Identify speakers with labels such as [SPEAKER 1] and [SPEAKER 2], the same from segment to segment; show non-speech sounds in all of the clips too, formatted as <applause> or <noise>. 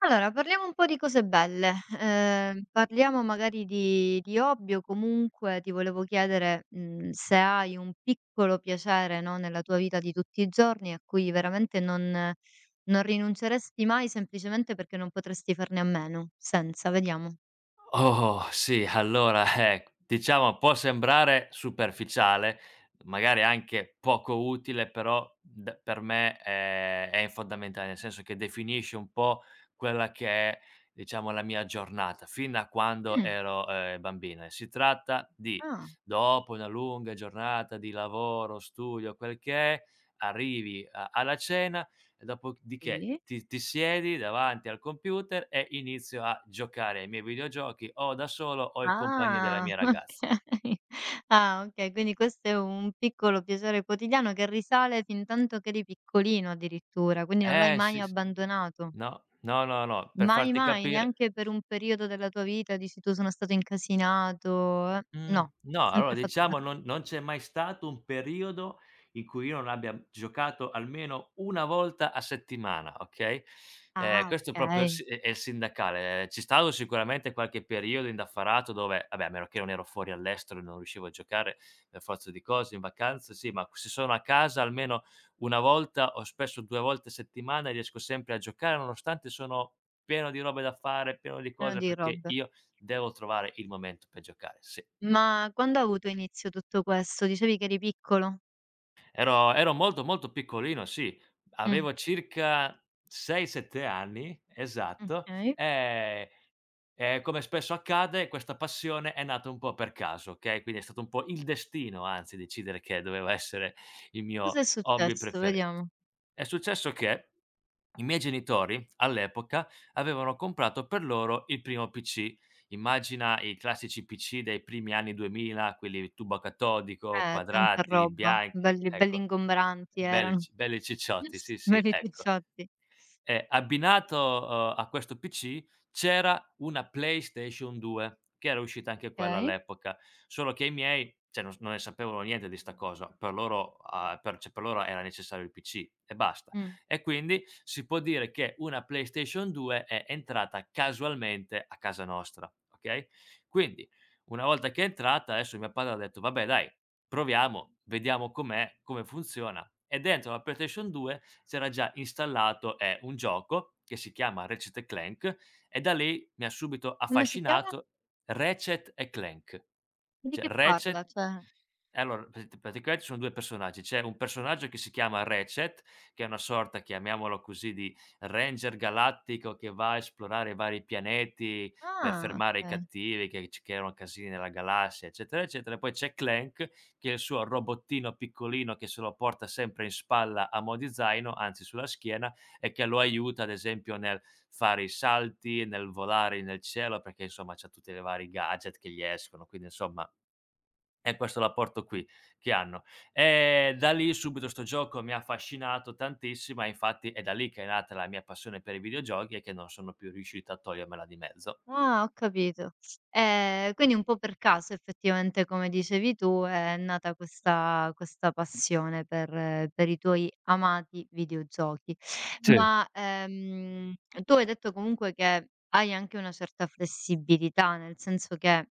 [SPEAKER 1] Allora, parliamo un po' di cose belle. Parliamo magari di hobby o comunque ti volevo chiedere, mhmm, se hai un piccolo piacere, no, nella tua vita di tutti i giorni a cui veramente non rinunceresti mai semplicemente perché non potresti farne a meno. Senza, vediamo.
[SPEAKER 2] Oh, sì, allora, <laughs> diciamo può sembrare superficiale, magari anche poco utile, però d per me è fondamentale, nel senso che definisce un po' quella che è, diciamo, la mia giornata, fin da quando
[SPEAKER 1] Mh,
[SPEAKER 2] ero, bambino e si tratta di
[SPEAKER 1] ah,
[SPEAKER 2] dopo una lunga giornata di lavoro, studio, quel che è, arrivi a alla cena e dopodiché
[SPEAKER 1] sì.
[SPEAKER 2] ti siedi davanti al computer e inizio a giocare ai miei videogiochi o da solo o in compagnia della
[SPEAKER 1] Ah,
[SPEAKER 2] mia ragazza.
[SPEAKER 1] <laughs> okay. Ah, okay, quindi questo è un piccolo piacere quotidiano che risale fintanto che eri piccolino addirittura, quindi non l'hai
[SPEAKER 2] Eh
[SPEAKER 1] mai
[SPEAKER 2] sì, s
[SPEAKER 1] abbandonato.
[SPEAKER 2] no, no, no, no, per
[SPEAKER 1] Mai,
[SPEAKER 2] farti
[SPEAKER 1] mai,
[SPEAKER 2] capire.
[SPEAKER 1] neanche per un periodo della tua vita dici tu: "Sono stato incasinato, eh." No, ha
[SPEAKER 2] No, allora
[SPEAKER 1] sempre fatto
[SPEAKER 2] diciamo
[SPEAKER 1] per
[SPEAKER 2] non c'è mai stato un periodo in cui io non abbia giocato almeno 1 volta a settimana, okay,
[SPEAKER 1] ah,
[SPEAKER 2] questo proprio s
[SPEAKER 1] okay,
[SPEAKER 2] è il sindacale. C'è stato sicuramente qualche periodo indaffarato dove vabbè, a meno che non ero fuori all'estero e non riuscivo a giocare per forza di cose. In vacanza sì, ma se sono a casa almeno 1 volta o spesso 2 volte a settimana riesco sempre a giocare, nonostante sono pieno di robe da fare, pieno di
[SPEAKER 1] pieno
[SPEAKER 2] cose,
[SPEAKER 1] di
[SPEAKER 2] perché
[SPEAKER 1] robe.
[SPEAKER 2] io devo trovare il momento per giocare, sì.
[SPEAKER 1] Ma quando ha avuto inizio tutto questo? Dicevi che eri piccolo?
[SPEAKER 2] Ero molto, molto piccolino, sì.
[SPEAKER 1] Mh,
[SPEAKER 2] Avevo circa 6, 7 anni, esatto,
[SPEAKER 1] okay.
[SPEAKER 2] e come spesso accade questa passione è nata un po' per caso, okay, quindi è stato un po' il destino, anzi, decidere che doveva essere il mio
[SPEAKER 1] Cos'è
[SPEAKER 2] hobby
[SPEAKER 1] successo?
[SPEAKER 2] preferi
[SPEAKER 1] Vediamo.
[SPEAKER 2] È successo che i miei genitori, all'epoca, avevano comprato per loro il primo PC. Immagina i classici PC dei primi anni 2000, quelli tubo catodico,
[SPEAKER 1] Tanta
[SPEAKER 2] quadrati,
[SPEAKER 1] roba,
[SPEAKER 2] bianchi,
[SPEAKER 1] belli belli
[SPEAKER 2] ecco.
[SPEAKER 1] ingombranti
[SPEAKER 2] E belli
[SPEAKER 1] erano,
[SPEAKER 2] c belli cicciotti,
[SPEAKER 1] <laughs>
[SPEAKER 2] sì, sì,
[SPEAKER 1] belli
[SPEAKER 2] ecco.
[SPEAKER 1] tucciotti.
[SPEAKER 2] E abbinato, a questo PC c'era una PlayStation 2, che era uscita anche quella
[SPEAKER 1] Okay.
[SPEAKER 2] all'epoca, solo che i miei, cioè non ne sapevano niente di 'sta cosa, per loro a per cioè per loro era necessario il PC e basta.
[SPEAKER 1] Mh.
[SPEAKER 2] E quindi si può dire che una PlayStation 2 è entrata casualmente a casa nostra, okay. Quindi una volta che è entrata, adesso mio padre ha detto: "Vabbè dai, proviamo, vediamo com'è, come funziona." E dentro la PlayStation 2 c'era già installato, un gioco che si chiama Ratchet& e Clank e da lì mi ha subito
[SPEAKER 1] Come si chiama?
[SPEAKER 2] affascinato. Ratchet& e Clank.
[SPEAKER 1] Di
[SPEAKER 2] Cioè
[SPEAKER 1] che parla?
[SPEAKER 2] Ratchet
[SPEAKER 1] Cioè
[SPEAKER 2] e allora praticamente ci sono 2 personaggi. C'è un personaggio che si chiama Ratchet, che è una sorta, chiamiamolo così, di ranger galattico che va a esplorare i vari pianeti per
[SPEAKER 1] ah,
[SPEAKER 2] fermare i
[SPEAKER 1] okay.
[SPEAKER 2] cattivi che ci creano casini nella galassia, eccetera, eccetera. E poi c'è Clank, che è il suo robottino piccolino che se lo porta sempre in spalla a mo' di zaino, anzi sulla schiena, e che lo aiuta, ad esempio, nel fare i salti, nel volare nel cielo, perché insomma c'ha tutte le vari gadget che gli escono, quindi insomma è questo l'apporto qui che hanno. Da lì subito 'sto gioco mi ha affascinato tantissimo e infatti è da lì che è nata la mia passione per i videogiochi e che non sono più riuscito a togliermela di mezzo.
[SPEAKER 1] Ah, ho capito. Quindi un po' per caso effettivamente, come dicevi tu, è nata questa passione per i tuoi amati videogiochi.
[SPEAKER 2] Sì.
[SPEAKER 1] Ma, tu hai detto comunque che hai anche una certa flessibilità, nel senso che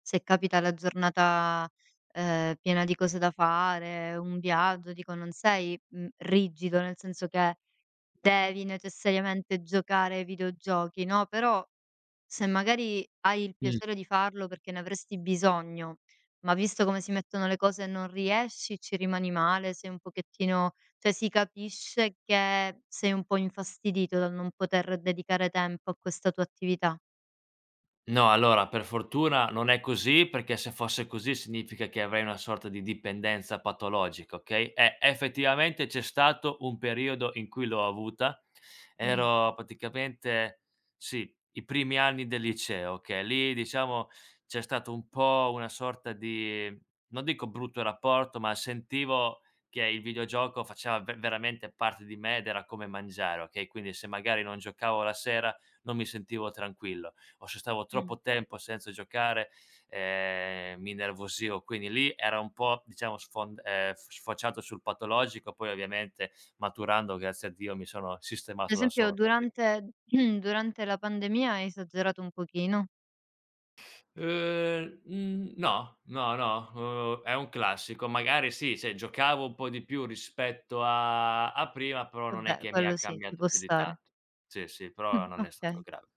[SPEAKER 1] se capita la giornata, piena di cose da fare, un viaggio, dico non sei, mhmm, rigido, nel senso che devi necessariamente giocare ai videogiochi, no, però se magari hai il piacere di farlo perché ne avresti bisogno, ma visto come si mettono le cose e non riesci, ci rimani male, sei un pochettino, cioè si capisce che sei un po' infastidito dal non poter dedicare tempo a questa tua attività.
[SPEAKER 2] No, allora per fortuna non è così, perché se fosse così significa che avrei una sorta di dipendenza patologica, okay, e effettivamente c'è stato un periodo in cui l'ho avuta.
[SPEAKER 1] Mh,
[SPEAKER 2] Ero praticamente sì, i primi anni del liceo, okay, lì diciamo c'è stato un po' una sorta di non dico brutto rapporto, ma sentivo che il videogioco faceva ve veramente parte di me ed era come mangiare, okay, quindi se magari non giocavo la sera non mi sentivo tranquillo o se stavo
[SPEAKER 1] mh.
[SPEAKER 2] troppo tempo senza giocare, mi innervosivo, quindi lì era un po' diciamo sfond f sfociato sul patologico, poi ovviamente maturando, grazie a Dio, mi sono
[SPEAKER 1] Ad
[SPEAKER 2] sistemato da
[SPEAKER 1] esempio
[SPEAKER 2] solo perché.
[SPEAKER 1] durante <clears throat> durante la pandemia hai esagerato un pochino?
[SPEAKER 2] Mhmm, no, no, no, è un classico. Magari sì, cioè giocavo un po' di più rispetto a prima, però non è
[SPEAKER 1] Vabbè,
[SPEAKER 2] che mi ha
[SPEAKER 1] quello sì, ci
[SPEAKER 2] cambiato
[SPEAKER 1] può
[SPEAKER 2] più di
[SPEAKER 1] stare.
[SPEAKER 2] tanto. Sì, sì, però non è stato
[SPEAKER 1] Okay.
[SPEAKER 2] grave.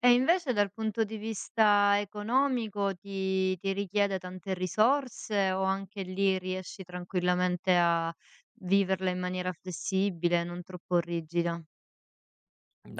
[SPEAKER 1] E invece dal punto di vista economico ti richiede tante risorse o anche lì riesci tranquillamente a viverla in maniera flessibile, non troppo rigida?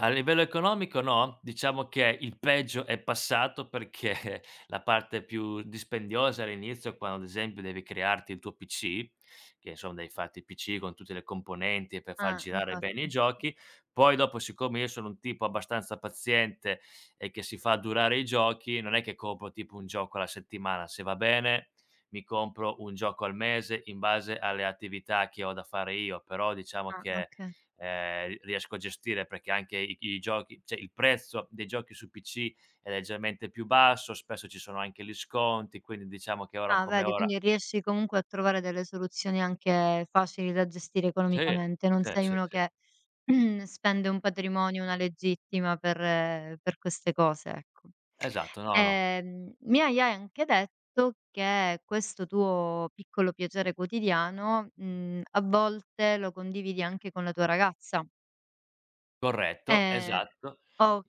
[SPEAKER 2] A livello economico no, diciamo che il peggio è passato perché <laughs> la parte più dispendiosa all'inizio, quando ad esempio devi crearti il tuo PC, che insomma devi farti il PC con tutte le componenti per far
[SPEAKER 1] Ah,
[SPEAKER 2] girare bene i
[SPEAKER 1] infatti.
[SPEAKER 2] giochi, poi dopo siccome io sono un tipo abbastanza paziente e che si fa durare i giochi, non è che compro tipo un gioco alla settimana, se va bene mi compro un gioco al mese in base alle attività che ho da fare io, però diciamo
[SPEAKER 1] Ah,
[SPEAKER 2] che
[SPEAKER 1] okay.
[SPEAKER 2] ri riesco a gestire perché anche i giochi cioè il prezzo dei giochi su PC è leggermente più basso, spesso ci sono anche gli sconti, quindi diciamo che ora
[SPEAKER 1] Ah,
[SPEAKER 2] come
[SPEAKER 1] vedi,
[SPEAKER 2] ora
[SPEAKER 1] quindi riesci comunque a trovare delle soluzioni anche facili da gestire
[SPEAKER 2] sì,
[SPEAKER 1] economicamente, non
[SPEAKER 2] sì,
[SPEAKER 1] sei
[SPEAKER 2] sì,
[SPEAKER 1] uno
[SPEAKER 2] sì.
[SPEAKER 1] che <clears throat> spende un patrimonio, una legittima per queste cose, ecco.
[SPEAKER 2] Esatto, no, no,
[SPEAKER 1] Mi hai anche detto che questo tuo piccolo piacere quotidiano, mhmm, a volte lo condividi anche con la tua ragazza.
[SPEAKER 2] corretto,
[SPEAKER 1] Ehm,
[SPEAKER 2] esatto.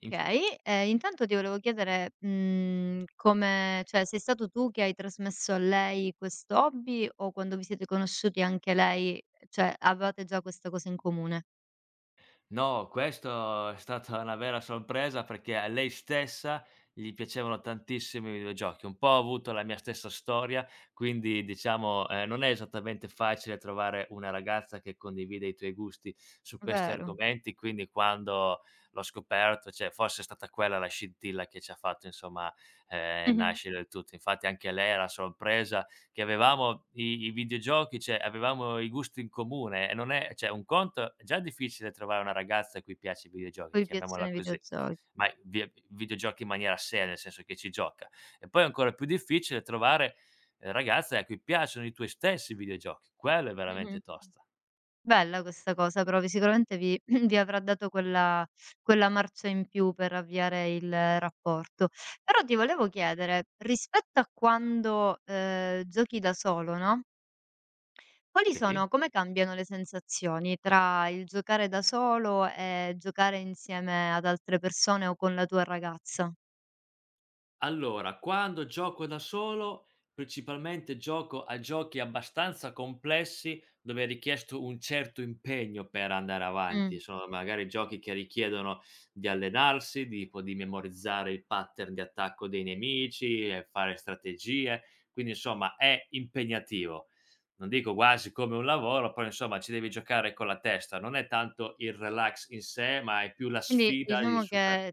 [SPEAKER 2] In
[SPEAKER 1] e intanto ti volevo chiedere, mhmm, come, cioè, sei stato tu che hai trasmesso a lei questo hobby o quando vi siete conosciuti anche lei, cioè, avevate già questa cosa in comune?
[SPEAKER 2] No, questo è stata una vera sorpresa perché a lei stessa gli piacevano tantissimo i videogiochi. Un po' ha avuto la mia stessa storia, quindi diciamo, non è esattamente facile trovare una ragazza che condivide i tuoi gusti su questi
[SPEAKER 1] Vero.
[SPEAKER 2] argomenti, quindi quando l'ho scoperto, cioè forse è stata quella la scintilla che ci ha fatto insomma,
[SPEAKER 1] Mh-mh.
[SPEAKER 2] nascere il tutto. Infatti anche lei era sorpresa che avevamo i videogiochi, cioè avevamo i gusti in comune e non è cioè un conto è già difficile trovare una ragazza a cui piace i videogiochi,
[SPEAKER 1] Poi vi piacciono
[SPEAKER 2] chiamiamola
[SPEAKER 1] i
[SPEAKER 2] così,
[SPEAKER 1] videogiochi.
[SPEAKER 2] ma vi videogiochi in maniera seria, nel senso che ci gioca. E poi è ancora più difficile trovare, ragazze a cui piacciono i tuoi stessi videogiochi, quello è veramente
[SPEAKER 1] Mh-mh.
[SPEAKER 2] tosta.
[SPEAKER 1] Bella questa cosa, però vi sicuramente vi <clears throat> vi avrà dato quella marcia in più per avviare il rapporto. Però ti volevo chiedere, rispetto a quando, giochi da solo, no, quali
[SPEAKER 2] Sì.
[SPEAKER 1] sono, come cambiano le sensazioni tra il giocare da solo e giocare insieme ad altre persone o con la tua ragazza?
[SPEAKER 2] Allora, quando gioco da solo, principalmente gioco a giochi abbastanza complessi dove è richiesto un certo impegno per andare
[SPEAKER 1] Mh,
[SPEAKER 2] avanti. Sono magari giochi che richiedono di allenarsi, tipo di memorizzare il pattern di attacco dei nemici e fare strategie. Quindi, insomma, è impegnativo. Non dico quasi come un lavoro, però insomma ci devi giocare con la testa. Non è tanto il relax in sé, ma è più la
[SPEAKER 1] quindi
[SPEAKER 2] sfida di
[SPEAKER 1] diciamo
[SPEAKER 2] super
[SPEAKER 1] che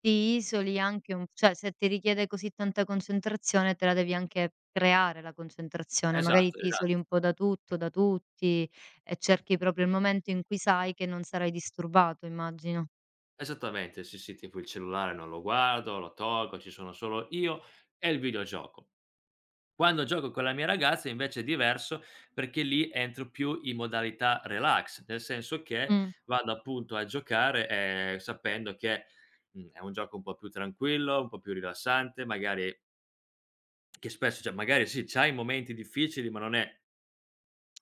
[SPEAKER 1] ti isoli anche un, cioè, se ti richiede così tanta concentrazione te la devi anche creare la concentrazione, magari
[SPEAKER 2] Esatto,
[SPEAKER 1] ti
[SPEAKER 2] esa
[SPEAKER 1] isoli un po' da tutto, da tutti e cerchi proprio il momento in cui sai che non sarai disturbato, immagino.
[SPEAKER 2] Esattamente, sì, sì, tipo il cellulare non lo guardo, lo tolgo, ci sono solo io e il videogioco. Quando gioco con la mia ragazza invece è diverso perché lì entro più in modalità relax, nel senso che
[SPEAKER 1] Mh.
[SPEAKER 2] vado appunto a giocare, sapendo che, è un gioco un po' più tranquillo, un po' più rilassante, magari che spesso cioè magari sì, c'hai momenti difficili, ma non è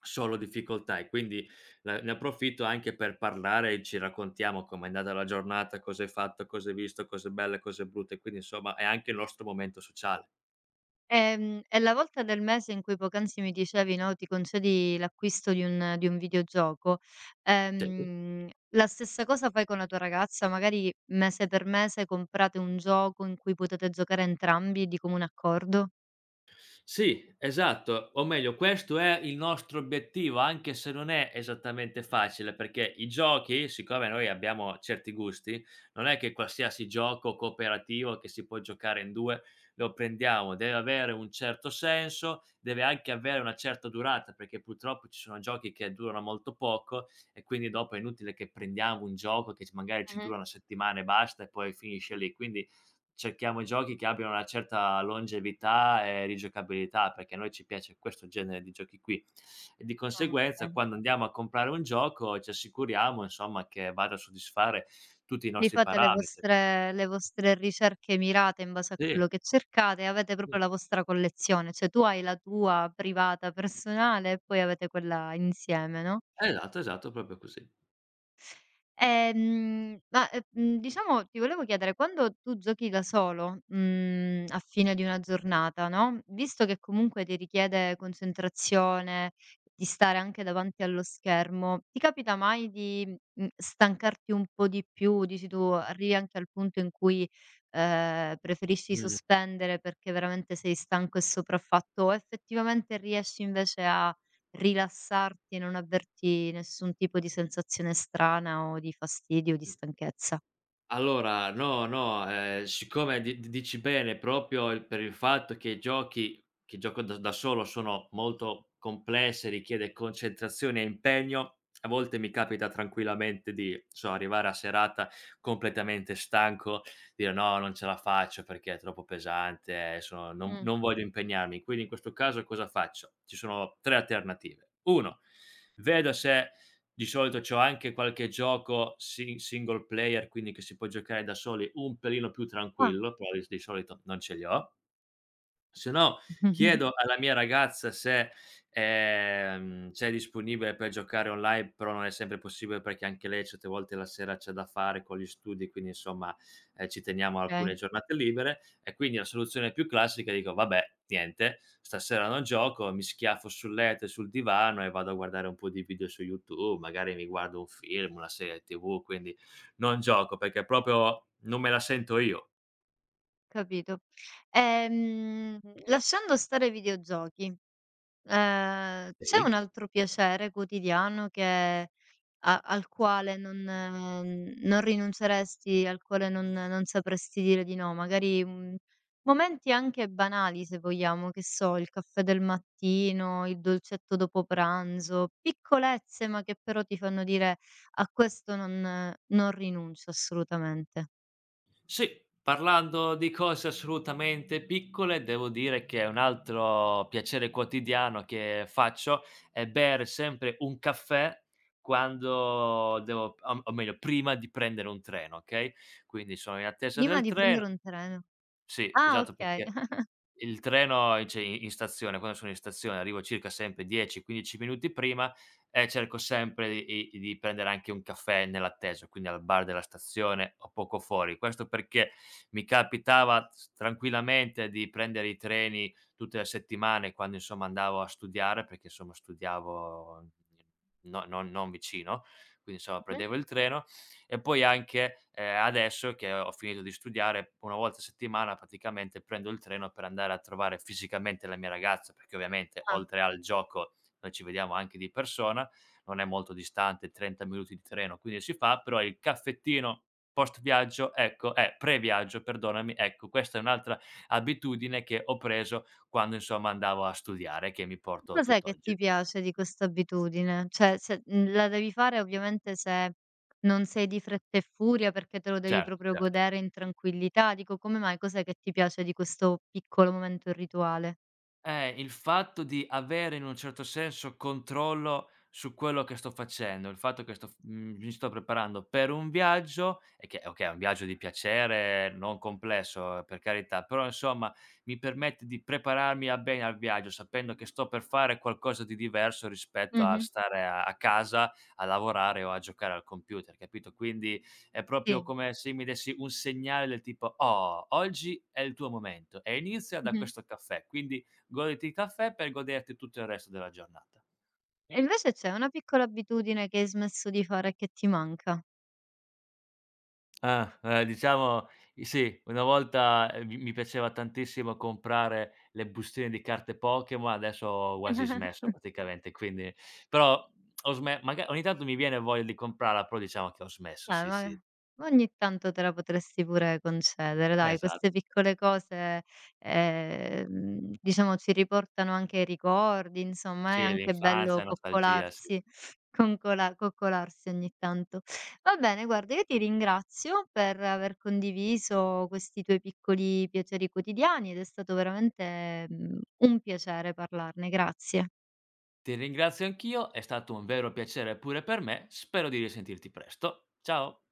[SPEAKER 2] solo difficoltà e quindi la ne approfitto anche per parlare e ci raccontiamo com'è andata la giornata, cosa hai fatto, cosa hai visto, cose belle, cose brutte, quindi insomma è anche il nostro momento sociale.
[SPEAKER 1] E la volta del mese in cui poc'anzi mi dicevi, no, ti concedi l'acquisto di un videogioco,
[SPEAKER 2] Sì.
[SPEAKER 1] la stessa cosa fai con la tua ragazza? Magari mese per mese comprate un gioco in cui potete giocare entrambi di comune accordo?
[SPEAKER 2] Sì, esatto, o meglio questo è il nostro obiettivo, anche se non è esattamente facile, perché i giochi, siccome noi abbiamo certi gusti, non è che qualsiasi gioco cooperativo che si può giocare in 2 lo prendiamo, deve avere un certo senso, deve anche avere una certa durata, perché purtroppo ci sono giochi che durano molto poco e quindi dopo è inutile che prendiamo un gioco che c magari ci
[SPEAKER 1] Mh-mh.
[SPEAKER 2] dura 1 settimana e basta e poi finisce lì. Quindi cerchiamo giochi che abbiano una certa longevità e rigiocabilità, perché a noi ci piace questo genere di giochi qui. E di
[SPEAKER 1] Ah,
[SPEAKER 2] conseguenza
[SPEAKER 1] okay.
[SPEAKER 2] quando andiamo a comprare un gioco ci assicuriamo insomma che vada a soddisfare tutti i
[SPEAKER 1] Vi
[SPEAKER 2] nostri
[SPEAKER 1] fate
[SPEAKER 2] parametri.
[SPEAKER 1] le vostre ricerche mirate in base a
[SPEAKER 2] Sì,
[SPEAKER 1] quello che cercate, avete
[SPEAKER 2] sì.
[SPEAKER 1] proprio la vostra collezione, cioè tu hai la tua privata, personale e poi avete quella insieme, no?
[SPEAKER 2] Esatto, esatto, proprio così.
[SPEAKER 1] Mhmm, diciamo, ti volevo chiedere, quando tu giochi da solo, mhmm, a fine di una giornata, no, visto che comunque ti richiede concentrazione, di stare anche davanti allo schermo, ti capita mai di, mhmm, stancarti un po' di più? Dici tu, arrivi anche al punto in cui, preferisci
[SPEAKER 2] Mh,
[SPEAKER 1] sospendere perché veramente sei stanco e sopraffatto o effettivamente riesci invece a rilassarti e non avverti nessun tipo di sensazione strana o di fastidio o di
[SPEAKER 2] mh.
[SPEAKER 1] stanchezza.
[SPEAKER 2] Allora, no, no, siccome di d dici bene proprio il fatto che i giochi che gioco da solo sono molto complessi, richiede concentrazione e impegno, a volte mi capita tranquillamente di, so, arrivare a serata completamente stanco, dire: "No, non ce la faccio perché è troppo pesante, sono non
[SPEAKER 1] Mh.
[SPEAKER 2] non voglio impegnarmi". Quindi in questo caso cosa faccio? Ci sono 3 alternative: 1 vedo se di solito c'ho anche qualche gioco single player, quindi che si può giocare da soli, un pelino più
[SPEAKER 1] Ah,
[SPEAKER 2] tranquillo, però di solito non ce li ho. Se no chiedo
[SPEAKER 1] <laughs>
[SPEAKER 2] alla mia ragazza se è disponibile per giocare online, però non è sempre possibile perché anche lei certe volte la sera c'ha da fare con gli studi, quindi insomma, ci teniamo a alcune
[SPEAKER 1] okay,
[SPEAKER 2] giornate libere e quindi la soluzione più classica dico: "Vabbè, niente, stasera non gioco, mi schiaffo sul letto e sul divano e vado a guardare un po' di video su YouTube, magari mi guardo un film, una serie TV, quindi non gioco perché proprio non me la sento io."
[SPEAKER 1] capito. Ehm, Lasciando stare i videogiochi, ehm, c'è un
[SPEAKER 2] Okay.
[SPEAKER 1] altro piacere quotidiano che a al quale non non rinunceresti, al quale non sapresti dire di no? Magari, mhmm, momenti anche banali, se vogliamo, che so, il caffè del mattino, il dolcetto dopo pranzo, piccolezze ma che però ti fanno dire: "A questo non non rinuncio assolutamente."
[SPEAKER 2] Sì, parlando di cose assolutamente piccole, devo dire che un altro piacere quotidiano che faccio è bere sempre un caffè quando devo o meglio prima di prendere un treno, okay, quindi sono in attesa
[SPEAKER 1] Prima
[SPEAKER 2] del
[SPEAKER 1] di
[SPEAKER 2] treno
[SPEAKER 1] prendere un treno.
[SPEAKER 2] sì,
[SPEAKER 1] Ah,
[SPEAKER 2] esatto,
[SPEAKER 1] okay.
[SPEAKER 2] perché
[SPEAKER 1] <laughs>
[SPEAKER 2] il treno in stazione, quando sono in stazione arrivo circa sempre 10, 15 minuti prima e cerco sempre di prendere anche un caffè nell'attesa, quindi al bar della stazione o poco fuori. Questo perché mi capitava s tranquillamente di prendere i treni tutte le settimane quando insomma andavo a studiare, perché insomma studiavo no non vicino, quindi insomma
[SPEAKER 1] Mh-mh.
[SPEAKER 2] prendevo il treno e poi anche, adesso che ho finito di studiare, 1 volta a settimana praticamente prendo il treno per andare a trovare fisicamente la mia ragazza, perché ovviamente
[SPEAKER 1] Ah.
[SPEAKER 2] oltre al gioco noi ci vediamo anche di persona, non è molto distante, 30 minuti di treno, quindi si fa, però il caffettino post viaggio, ecco pre-viaggio perdonami, ecco questa è un'altra abitudine che ho preso quando insomma andavo a studiare, che mi porto
[SPEAKER 1] Cos'è che ti
[SPEAKER 2] tutt'oggi.
[SPEAKER 1] piace di questa abitudine? Cioè, se mhmm, la devi fare ovviamente se non sei di fretta e furia, perché te lo devi
[SPEAKER 2] Certo,
[SPEAKER 1] proprio
[SPEAKER 2] cer
[SPEAKER 1] godere in tranquillità. Dico, come mai? Cos'è che ti piace di questo piccolo momento rituale?
[SPEAKER 2] Il fatto di avere in un certo senso controllo su quello che sto facendo, il fatto che mi sto preparando per un viaggio e che okay, è un viaggio di piacere, non complesso, per carità, però insomma mi permette di prepararmi a bene al viaggio, sapendo che sto per fare qualcosa di diverso rispetto a
[SPEAKER 1] Mh-mh.
[SPEAKER 2] stare a casa a lavorare o a giocare al computer, capito? Quindi è proprio
[SPEAKER 1] Sì.
[SPEAKER 2] come se mi dessi un segnale del tipo: "Oh, oggi è il tuo momento e inizia da
[SPEAKER 1] Mh-mh.
[SPEAKER 2] questo caffè." Quindi goditi il caffè per goderti tutto il resto della giornata.
[SPEAKER 1] E invece c'è una piccola abitudine che hai smesso di fare e che ti manca?
[SPEAKER 2] Ah, diciamo i sì, una volta, mi piaceva tantissimo comprare le bustine di carte Pokémon, adesso ho quasi smesso
[SPEAKER 1] <laughs>
[SPEAKER 2] praticamente, quindi però ho sme maga ogni tanto mi viene voglia di comprarla, però diciamo che ho smesso,
[SPEAKER 1] Eh,
[SPEAKER 2] sì, sì.
[SPEAKER 1] ma ogni tanto te la potresti pure concedere, dai,
[SPEAKER 2] Esatto.
[SPEAKER 1] queste piccole cose, ehm, diciamo, ci riportano anche ai ricordi, insomma, è
[SPEAKER 2] Sì,
[SPEAKER 1] anche
[SPEAKER 2] l'infanzia,
[SPEAKER 1] bello
[SPEAKER 2] nostalgia, sì.
[SPEAKER 1] coccolarsi, concola coccolarsi ogni tanto. Va bene, guarda, io ti ringrazio per aver condiviso questi tuoi piccoli piaceri quotidiani ed è stato veramente, mhmm, un piacere parlarne. Grazie.
[SPEAKER 2] Ti ringrazio anch'io, è stato un vero piacere pure per me, spero di risentirti presto. Ciao.